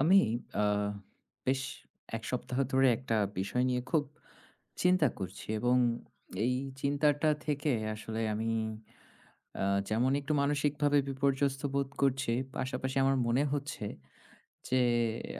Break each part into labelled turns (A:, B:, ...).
A: আমি আ বেশ ১ সপ্তাহ ধরে একটা বিষয় নিয়ে খুব চিন্তা করছি, এবং এই চিন্তাটা থেকে আসলে আমি আ যেমন একটু মানসিকভাবে বিপর্যস্ত বোধ করছি, পাশাপাশি আমার মনে হচ্ছে যে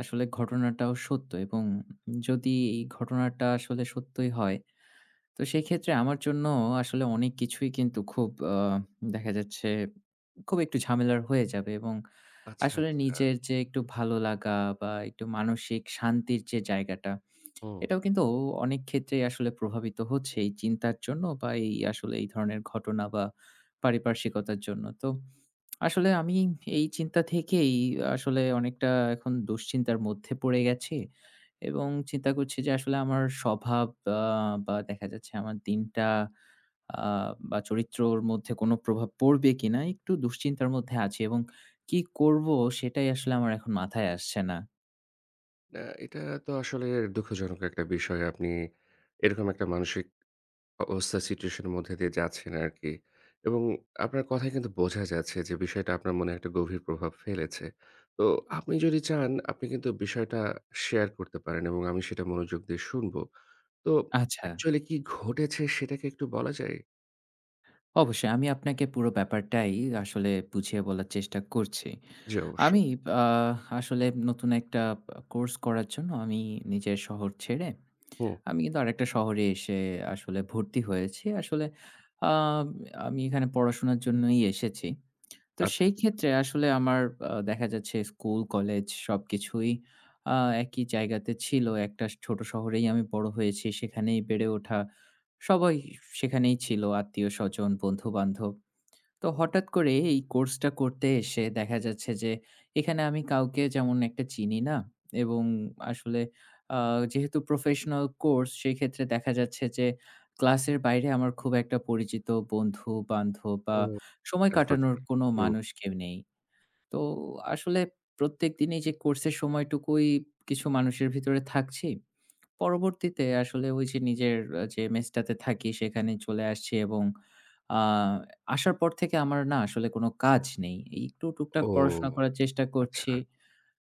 A: আসলে ঘটনাটাও সত্য, এবং যদি এই ঘটনাটা আসলে সত্যই হয়, তো সেক্ষেত্রে আমার জন্য আসলে অনেক কিছুই কিন্তু খুব দেখা যাচ্ছে খুব একটু ঝামেলার হয়ে যাবে, এবং
B: আচ্ছা,
A: আসলে
B: আচ্ছা।
A: নিজের যে একটু ভালো লাগা বা একটু মানসিক শান্তির যে জায়গাটা,
B: হুম।
A: এটাও কিন্তু অনেক ক্ষেত্রেই আসলে প্রভাবিত হচ্ছে এই চিন্তার জন্য বা এই আসলে এই ধরনের ঘটনা বা পারিপার্শ্বিকতার জন্য। তো আসলে আমি এই চিন্তা থেকেই আসলে অনেকটা এখন দুশ্চিন্তার মধ্যে পড়ে গেছি, এবং চিন্তা করছি যে আসলে আমার স্বভাব আ বা দেখা যাচ্ছে আমার দিনটা আ বা চরিত্রর মধ্যে কোনো প্রভাব পড়বে কিনা একটু দুশ্চিন্তার মধ্যে আছি, এবং কি করব সেটাই আসলে আমার এখন মাথায় আসছে না।
B: না, এটা তো আসলে দুঃখজনক একটা বিষয়। আপনি এরকম একটা মানসিক অবস্থা সিচুয়েশন এর মধ্যে দিয়ে যাচ্ছেন আরকি। এবং আপনার কথায় কিন্তু বোঝা যাচ্ছে যে বিষয়টা আপনার মনে একটা গভীর প্রভাব ফেলেছে। তো আপনি যদি চান, আপনি কিন্তু বিষয়টা শেয়ার করতে পারেন এবং আমি সেটা মনোযোগ দিয়ে শুনবো। তো
A: আচ্ছা,
B: অ্যাকচুয়ালি কি ঘটেছে সেটা কি একটু বলা যায়?
A: অবশ্যই আমি আপনাকে পুরো ব্যাপারটাই আসলে বুঝিয়ে বলার চেষ্টা করছি।
B: জি, অবশ্যই।
A: আমি আ আসলে নতুন একটা কোর্স করার জন্য আমি নিজের শহর ছেড়ে
B: হুম।
A: আমি কিন্তু আরেকটা শহরে এসে আসলে ভর্তি হয়েছি। আসলে আ আমি এখানে পড়াশোনার জন্যই এসেছি। তো
B: আচ্ছা,
A: সেই
B: আচ্ছা।
A: ক্ষেত্রে আসলে আমার দেখা যাচ্ছে স্কুল, কলেজ সবকিছুই আ একই জায়গাতে ছিল। একটা ছোট শহরেই আমি বড় হয়েছি। সেখানেই বেড়ে ওঠা। সবাই সেখানেই ছিল। আত্মীয়স্বজন, বন্ধু-বান্ধব। তো হঠাৎ করে এই কোর্সটা করতে এসে দেখা যাচ্ছে যে এখানে আমি কাউকে যেমন একটা চিনি না, এবং আসলে আ যেহেতু প্রফেশনাল কোর্স সেক্ষেত্রে দেখা যাচ্ছে যে ক্লাসের বাইরে আমার খুব একটা পরিচিত বন্ধু-বান্ধব বা
B: ও,
A: সময় কাটানোর
B: আনফরচুনেট।
A: কোনো
B: হুম।
A: মানুষ কেউ নেই। তো আসলে প্রত্যেকদিনই যে কোর্সের সময়টুকুই কিছু মানুষের ভিতরে থাকছি। পরবর্তীতে আসলে ওই যে নিজের যে মেসটাতে থাকি সেখানে চলে আসছি, এবং আ আসার পর থেকে আমার না আসলে কোনো কাজ নেই। এই একটু টুকটাক পড়াশোনা
B: ও,
A: করার চেষ্টা
B: আচ্ছা।
A: করছি।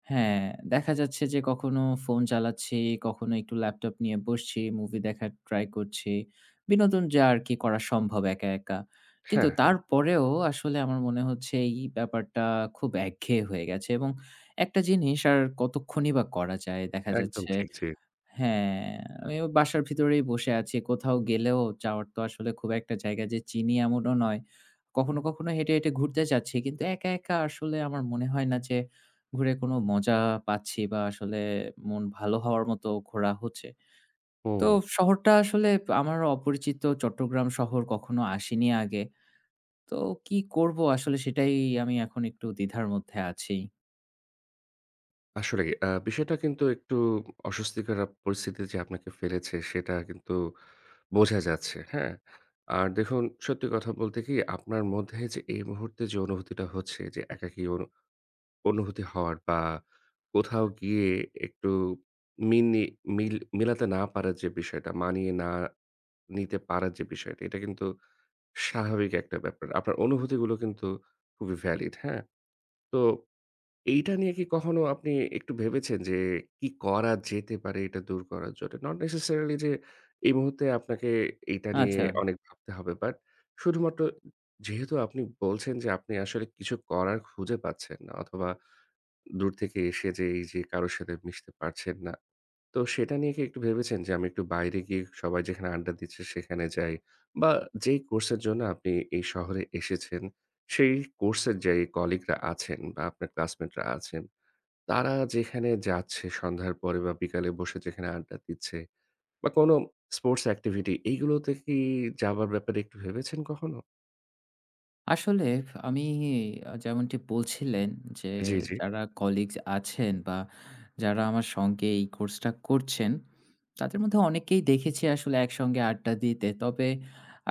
A: হ্যাঁ, দেখা যাচ্ছে যে কখনো ফোন চালাচ্ছি, কখনো একটু ল্যাপটপ নিয়ে বসছি, মুভি দেখার ট্রাই করছি। বিনোদন যা আরকি করা সম্ভব একা, একা। কিন্তু
B: হ্যাঁ, হ্যাঁ।
A: তারপরেও আসলে আমার মনে হচ্ছে এই ব্যাপারটা খুব একঘেয়ে হয়ে গেছে, এবং একটা জিনিস আর কতক্ষণই বা করা যায়? দেখা
B: একদম
A: যাচ্ছে
B: ঠিক। জি।
A: হ্যাঁ, আমিও বাসার ভিতরেই বসে আছি। কোথাও গেলেও যাওয়ার তো আসলে খুব একটা জায়গা যে চিনি এমনও নয়। কখনো, কখনো হেঁটে, হেঁটে ঘুরতে যাচ্ছি। কিন্তু একা, একা আসলে আমার মনে হয় না যে ঘুরে কোনো মজা পাচ্ছি বা আসলে মন ভালো হওয়ার মতো ঘোরা হচ্ছে।
B: হুম,
A: তো শহরটা আসলে আমার অপরিচিত, চট্টগ্রাম শহর কখনো আসিনি আগে। তো কি করব আসলে সেটাই আমি এখন একটু দ্বিধার মধ্যে আছি।
B: আসলেই বিষয়টা কিন্তু একটু অস্বস্তিকর পরিস্থিতিতে যে আপনাকে ফেলেছে সেটা কিন্তু বোঝা যাচ্ছে, হ্যাঁ? আর দেখুন, সত্যি কথা বলতে কি, আপনার মধ্যে যে এই মুহূর্তে যে অনুভূতিটা হচ্ছে, যে একাকী অনুভূতি হওয়ার বা কোথাও গিয়ে একটু মিনি মিল মিলাতে না পারার যে বিষয়টা, মানিয়ে না নিতে পারার যে বিষয়টা, এটা কিন্তু স্বাভাবিক একটা ব্যাপার। আপনার অনুভূতিগুলো কিন্তু খুবই ভ্যালিড, হ্যাঁ? তো এইটা নিয়ে কি কখনো আপনি একটু ভেবেছেন যে কি করা যেতে পারে এটা দূর করার জন্য? নট নেসেসারিলি যে এই মুহূর্তে আপনাকে এইটা নিয়ে
A: আচ্ছা।
B: অনেক ভাবতে হবে। বাট শুধুমাত্র যেহেতু আপনি বলছেন যে আপনি আসলে কিছু করার খুঁজে পাচ্ছেন না, অথবা দূর থেকে এসে যে এই যে কারো সাথে মিশতে পারছেন না। তো সেটা নিয়ে কি একটু ভেবেছেন যে আমি একটু বাইরে গিয়ে সবাই যেখানে আড্ডা দিচ্ছে সেখানে যাই, বা যেই কোর্সের জন্য আপনি এই শহরে এসেছেন, সেই কোর্সের যে কলিগরা আছেন বা আপনার ক্লাসমেটরা আছেন, তারা যেখানে যাচ্ছে সন্ধ্যার পরে বা বিকালে বসে যেখানে আড্ডা দিচ্ছে, বা কোনো স্পোর্টস অ্যাক্টিভিটি, এইগুলোতে কি যাবার ব্যাপারে একটু ভেবেছেন কখনো?
A: আসলে আমি যেমনটি বলছিলেন যে
B: জি, জি।
A: যারা কলিগস আছেন বা যারা আমার সঙ্গে এই কোর্সটা করছেন, তাদের মধ্যে অনেককেই দেখেছি আসলে একসঙ্গে আড্ডা দিতে। তবে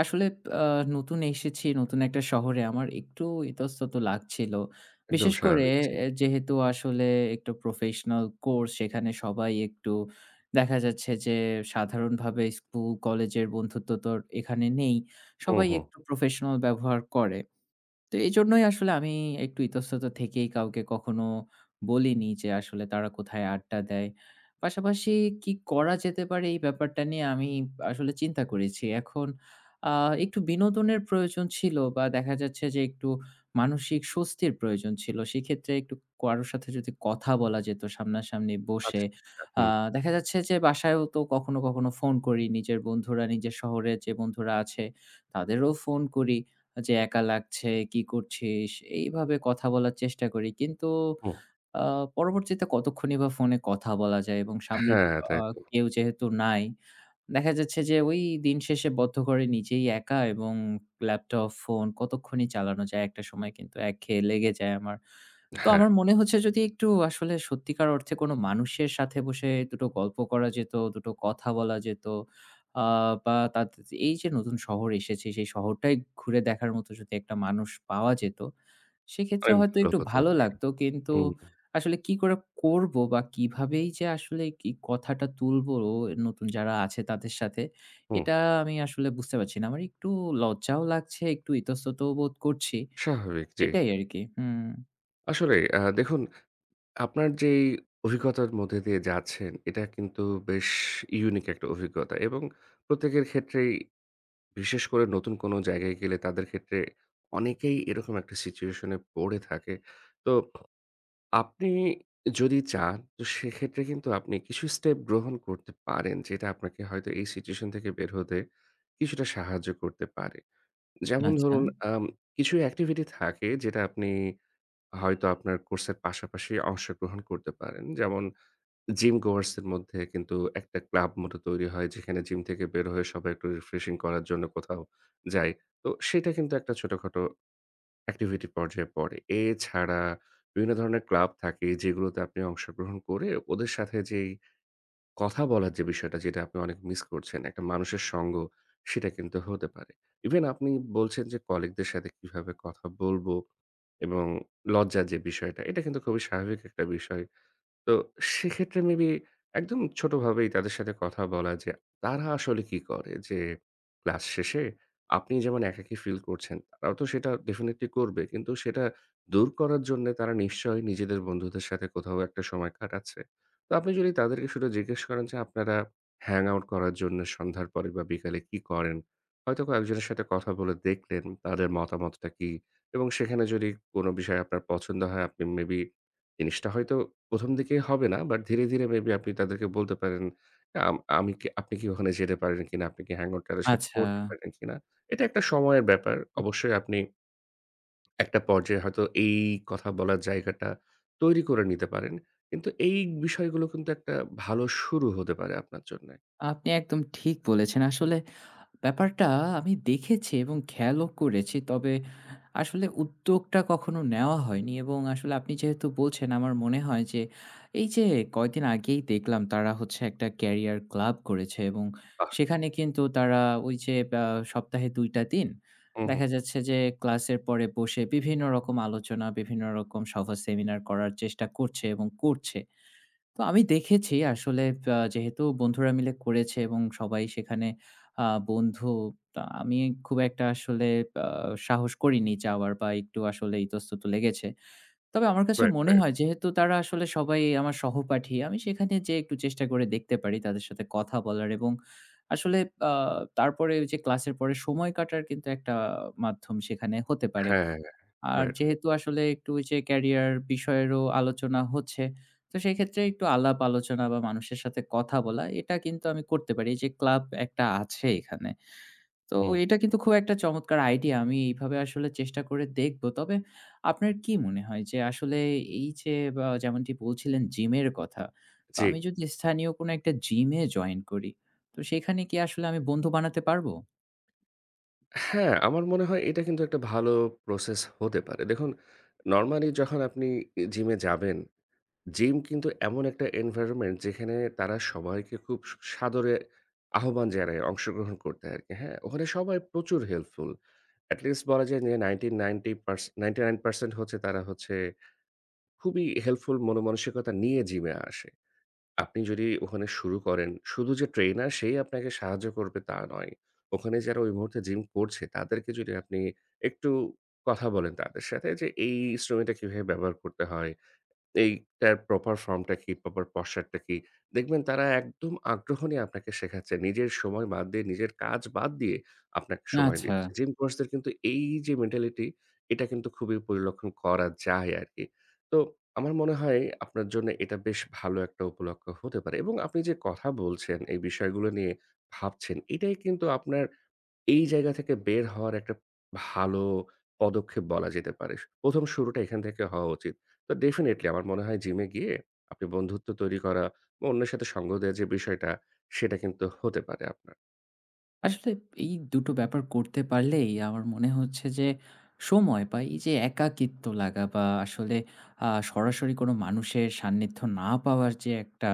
A: আসলে আ নতুন এসেছি, নতুন একটা শহরে আমার একটু ইতস্তত লাগছিল।
B: একদম
A: বিশেষ করে
B: স্বাভাবিক। জি।
A: এ যেহেতু আসলে একটু প্রফেশনাল কোর্স সেখানে সবাই একটু দেখা যাচ্ছে যে সাধারণভাবে স্কুল, কলেজের বন্ধুত্ব তো আর এখানে নেই।
B: হুম,
A: সবাই
B: হুম।
A: একটু প্রফেশনাল ব্যবহার করে। তো এজন্যই আসলে আমি একটু ইতস্তত থেকেই কাউকে কখনো বলিনি যে আসলে তারা কোথায় আড্ডা দেয়। পাশাপাশি কি করা যেতে পারে এই ব্যাপারটা নিয়ে আমি আসলে চিন্তা করেছি। এখন আ একটু বিনোদনের প্রয়োজন ছিল বা দেখা যাচ্ছে যে একটু মানসিক স্বস্তির প্রয়োজন ছিল। সেক্ষেত্রে একটু কারো সাথে যদি কথা বলা যেত সামনাসামনি বসে।
B: আচ্ছা।
A: আ
B: হুম,
A: দেখা যাচ্ছে যে বাসায়ও তো কখনো, কখনো ফোন করি। নিজের বন্ধুরা নিজের শহরে যে বন্ধুরা আছে তাদেরও ফোন করি। যে একা লাগছে, "কি করছিস?" এইভাবে কথা বলার চেষ্টা করি। কিন্তু
B: হুম।
A: আ পরবর্তীতে কতক্ষণই বা ফোনে কথা বলা যায়, এবং সামনের
B: হ্যাঁ,
A: আ
B: তাই তো।
A: কেউ যেহেতু নাই দেখা যাচ্ছে যে ওই দিন শেষে বদ্ধঘরে নিজেই একা, এবং ল্যাপটপ, ফোন কতক্ষণই চালানো যায়, একটা সময় কিন্তু একঘেয়ে লেগে যায় আমার। তো
B: হ্যাঁ,
A: আমার মনে হচ্ছে যদি একটু আসলে সত্যিকার অর্থে কোনো মানুষের সাথে বসে দুটো গল্প করা যেত, দুটো কথা বলা যেত, আ বা তাতে এই যে নতুন শহর এসেছি সেই শহরটাই ঘুরে দেখার মতো যদি একটা মানুষ পাওয়া যেত, সেক্ষেত্রে
B: অনেক
A: হয়তো
B: ভালো
A: একটু
B: হতো।
A: ভালো
B: জি।
A: লাগতো। কিন্তু
B: হুম,
A: আসলে কি করে করব বা কিভাবেই যে আসলে কি কথাটা তুলবো নতুন যারা আছে তাদের সাথে,
B: হুম।
A: এটা আমি আসলে বুঝতে পারছি না। আমার একটু লজ্জাও লাগছে, একটু ইতস্ততও বোধ করছি।
B: স্বাভাবিক, জি।
A: এটাই আরকি। হুম,
B: আসলে দেখুন, আপনার যেই অভিজ্ঞতার মধ্যে দিয়ে যাচ্ছেন, এটা কিন্তু বেশ ইউনিক একটা অভিজ্ঞতা এবং প্রত্যেকের ক্ষেত্রেই, বিশেষ করে নতুন কোনো জায়গায় গেলে তাদের ক্ষেত্রে, অনেকেই এরকম একটা সিচুয়েশন এ পড়ে থাকে। তো আপনি যদি চান তো সেক্ষেত্রে কিন্তু আপনি কিছু স্টেপ গ্রহণ করতে পারেন যেটা আপনাকে হয়তো এই সিচুয়েশন থেকে বের হতে কিছুটা সাহায্য করতে পারে। যেমন
A: আচ্ছা,
B: ধরুন, আম কিছু অ্যাক্টিভিটি থাকে যেটা আপনি হয়তো আপনার কোর্সের পাশাপাশি অংশগ্রহণ করতে পারেন। যেমন জিম গোয়ার্স এর মধ্যে কিন্তু একটা ক্লাব মতো তৈরি হয় যেখানে জিম থেকে বের হয়ে সবাই একটু রিফ্রেশিং করার জন্য কোথাও যায়। তো সেটা কিন্তু একটা ছোটখাটো অ্যাক্টিভিটি পর্যায়ে পড়ে। এছাড়া বিভিন্ন ধরনের ক্লাব থাকে যেগুলোতে আপনি অংশগ্রহণ করে ওদের সাথে যেই কথা বলার যে বিষয়টা, যেটা আপনি অনেক মিস করছেন, একটা মানুষের সঙ্গ, সেটা কিন্তু হতে পারে। ইভেন আপনি বলছেন যে কলিগদের সাথে কিভাবে কথা বলব এবং লজ্জার যে বিষয়টা, এটা কিন্তু খুবই স্বাভাবিক একটা বিষয়। তো সেক্ষেত্রে মেবি একদম ছোটভাবেই তাদের সাথে কথা বলা, যে তারা আসলে কি করে, যে ক্লাস শেষে আপনি যেমন একাকী ফিল করছেন তারাও তো সেটা ডেফিনেটলি করবে, কিন্তু সেটা দূর করার জন্য তারা নিশ্চয়ই নিজেদের বন্ধুদের সাথে কোথাও একটা সময় কাটাচ্ছে। তো আপনি যদি তাদেরকে শুধু জিজ্ঞেস করেন যে আপনারা হ্যাং আউট করার জন্য সন্ধ্যার পরে বা বিকালে কি করেন, হয়তো কয়েকজনের সাথে কথা বলে দেখলেন তাদের মতামতটা কি, এবং সেখানে যদি কোনো বিষয় আপনার পছন্দ হয়, আপনি মেবি জিনিসটা হয়তো ১ম দিকে হবে না, বাট ধীরে, ধীরে মেবি আপনি তাদেরকে বলতে পারেন, আমি কি, আপনি কি ওখানে যেতে পারেন কিনা? আপনি কি হ্যাং আউট তাদের সাথে
A: আচ্ছা।
B: করতে পারেন কিনা? এটা একটা সময়ের ব্যাপার।
A: হুম,
B: অবশ্যই আপনি একটা পর্যায়ে হয়তো এই কথা বলার জায়গাটা তৈরি করে নিতে পারেন। কিন্তু এই বিষয়গুলো কিন্তু একটা ভালো শুরু হতে পারে আপনার জন্যে।
A: আপনি একদম ঠিক বলেছেন। আসলে ব্যাপারটা আমি দেখেছি এবং খেয়ালও করেছি। তবে আসলে উদ্যোগটা কখনো নেওয়া হয়নি, এবং আসলে আপনি যেহেতু বলছেন আমার মনে হয় যে, এই যে কয়দিন আগেই দেখলাম তারা হচ্ছে একটা ক্যারিয়ার ক্লাব করেছে, এবং
B: বাহ!
A: সেখানে কিন্তু তারা ওই যে আ সপ্তাহে ২ টা দিন
B: হুম, হুম।
A: দেখা যাচ্ছে যে ক্লাসের পরে বসে বিভিন্ন রকম আলোচনা, বিভিন্ন রকম সভা, সেমিনার করার চেষ্টা করছে এবং করছে। তো আমি দেখেছি আসলে যেহেতু বন্ধুরা মিলে করেছে এবং সবাই সেখানে বন্ধু, তা আমি খুব একটা আসলে আ সাহস করিনি যাওয়ার বা একটু আসলে ইতস্তত লেগেছে। তবে আমার কাছে
B: রাইট,
A: মনে
B: রাইট।
A: হয় যেহেতু তারা আসলে সবাই আমার সহপাঠী, আমি সেখানে যেয়ে একটু চেষ্টা করে দেখতে পারি তাদের সাথে কথা বলার, এবং আসলে আ তারপরে ওই যে ক্লাসের পরে সময় কাটার কিন্তু একটা মাধ্যম সেখানে হতে পারে।
B: হ্যাঁ,
A: আর
B: রাইট, রাইট।
A: যেহেতু আসলে একটু ওই যে ক্যারিয়ার বিষয়েরও আলোচনা হচ্ছে, তো সেক্ষেত্রে একটু আলাপ আলোচনা বা মানুষের সাথে কথা বলা এটা কিন্তু আমি করতে পারি। এই যে ক্লাব একটা আছে এখানে। তো
B: হুম,
A: এটা কিন্তু খুব একটা চমৎকার আইডিয়া। আমি এইভাবে আসলে চেষ্টা করে দেখব। তবে আপনার কি মনে হয় যে আসলে এই যে বা যেমনটি বলছিলেন জিমের কথা, তো
B: জি।
A: আমি যদি স্থানীয় কোনো একটা জিমে জয়েন করি, তো সেখানে কি আসলে আমি বন্ধু বানাতে পারবো?
B: হ্যাঁ, আমার মনে হয় এটা কিন্তু একটা ভালো প্রসেস হতে পারে। দেখুন, নরমালি যখন আপনি জিমে যাবেন, জিম কিন্তু এমন একটা এনভায়রনমেন্ট যেখানে তারা সবাইকে খুব সাদরে আহ্বান জানায় অংশগ্রহণ করতে আরকি, হ্যাঁ? ওখানে সবাই প্রচুর হেল্পফুল। এট লিস্ট বলা যায় যে 90% 99% হচ্ছে, তারা হচ্ছে খুবই হেল্পফুল মনোমানসিকতা নিয়ে জিমে আসে। আপনি যদি ওখানে শুরু করেন, শুধু যে ট্রেইনার সেই আপনাকে সাহায্য করবে তা নয়। ওখানে যারা ওই মুহূর্তে জিম করছে তাদেরকে যদি আপনি একটু কথা বলেন তাদের সাথে যে এই ইনস্ট্রুমেন্টটা কিভাবে ব্যবহার করতে হয়? এইটার প্রপার ফর্মটা কি, প্রপার পশ্চারটা কি? দেখবেন তারা একদম আগ্রহ নিয়ে আপনাকে শেখাচ্ছে। নিজের সময় বাদ দিয়ে, নিজের কাজ বাদ দিয়ে আপনাকে সময়
A: আচ্ছা।
B: দিচ্ছে। জিম কোর্সদের কিন্তু এই যে মেন্টালিটি, এটা কিন্তু খুবই পরিলক্ষণ করা যায় আরকি। তো আমার মনে হয় আপনার জন্য এটা বেশ ভালো একটা উপলক্ষ হতে পারে, এবং আপনি যে কথা বলছেন, এই বিষয়গুলো নিয়ে ভাবছেন, এটাই কিন্তু আপনার এই জায়গা থেকে বের হওয়ার একটা ভালো পদক্ষেপ বলা যেতে পারে। ১ম শুরুটা এখান থেকে হওয়া উচিত। তো ডেফিনিটলি আমার মনে হয় জিমে গিয়ে আপনি বন্ধুত্ব তৈরি করা বা অন্যের সাথে সঙ্গ দেওয়ার যে বিষয়টা, সেটা কিন্তু হতে পারে আপনার।
A: আসলে এই ২ টো ব্যাপার করতে পারলেই আমার মনে হচ্ছে যে সময় বা এই যে একাকিত্ব লাগা বা আসলে সরাসরি কোনো মানুষের সান্নিধ্য না পাওয়ার যে একটা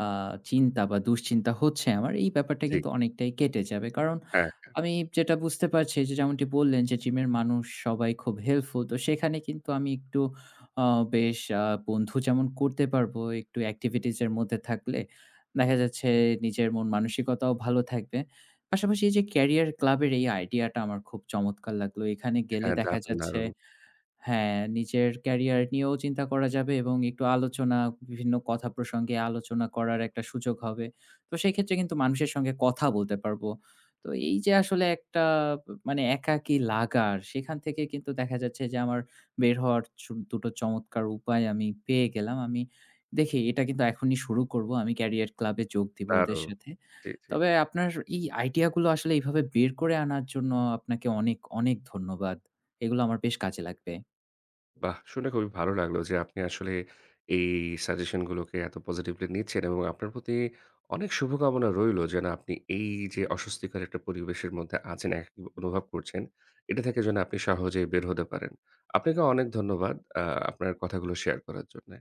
A: আ চিন্তা বা দুশ্চিন্তা হচ্ছে আমার, এই ব্যাপারটা
B: জি।
A: কিন্তু অনেকটাই কেটে যাবে। কারণ
B: হ্যাঁ,
A: আমি যেটা বুঝতে পারছি যে যেমনটি বললেন যে জিমের মানুষ সবাই খুব হেল্পফুল। তো সেখানে কিন্তু আমি একটু আ বেশ বন্ধু যেমন করতে পারবো, একটু এক্টিভিটিজ এর মধ্যে থাকলে দেখা যাচ্ছে নিজের মন মানসিকতাও ভালো থাকবে। পাশাপাশি এই যে ক্যারিয়ার ক্লাবের এই আইডিয়াটা আমার খুব চমৎকার লাগলো। এখানে গেলে
B: হ্যাঁ,
A: দেখা
B: দারুণ,
A: যাচ্ছে
B: দারুণ,
A: হ্যাঁ, নিজের ক্যারিয়ার নিয়েও চিন্তা করা যাবে, এবং একটু আলোচনা, বিভিন্ন কথা প্রসঙ্গে আলোচনা করার একটা সুযোগ হবে। তো সেক্ষেত্রে কিন্তু মানুষের সঙ্গে কথা বলতে পারবো। তো এই যে আসলে একটা মানে একাকী লাগার, সেখান থেকে কিন্তু দেখা যাচ্ছে যে আমার বের হওয়ার ২ টো চমৎকার উপায় আমি পেয়ে গেলাম। আমি দেখি এটা কিন্তু এখনই শুরু করব। আমি ক্যারিয়ার ক্লাবে যোগ দিব ওদের
B: দারুণ।
A: সাথে।
B: জি, জি।
A: তবে আপনার এই আইডিয়া গুলো আসলে এইভাবে বের করে আনার জন্য আপনাকে অনেক, অনেক ধন্যবাদ। এগুলো আমার বেশ কাজে লাগবে।
B: বাহ! শুনে খুবই ভালো লাগলো যে আপনি আসলে এই সাজেশন গুলোকে এত পজিটিভলি নিচ্ছেন এবং আপনার প্রতি অনেক শুভকামনা রইলো যেন আপনি এই যে অস্বস্তিকর একটা পরিবেশের মধ্যে আছেন, একাকী অনুভব করছেন, এটা থেকে যেন আপনি সহজেই বের হতে পারেন। আপনাকে অনেক ধন্যবাদ আ আপনার কথাগুলো শেয়ার করার জন্যে।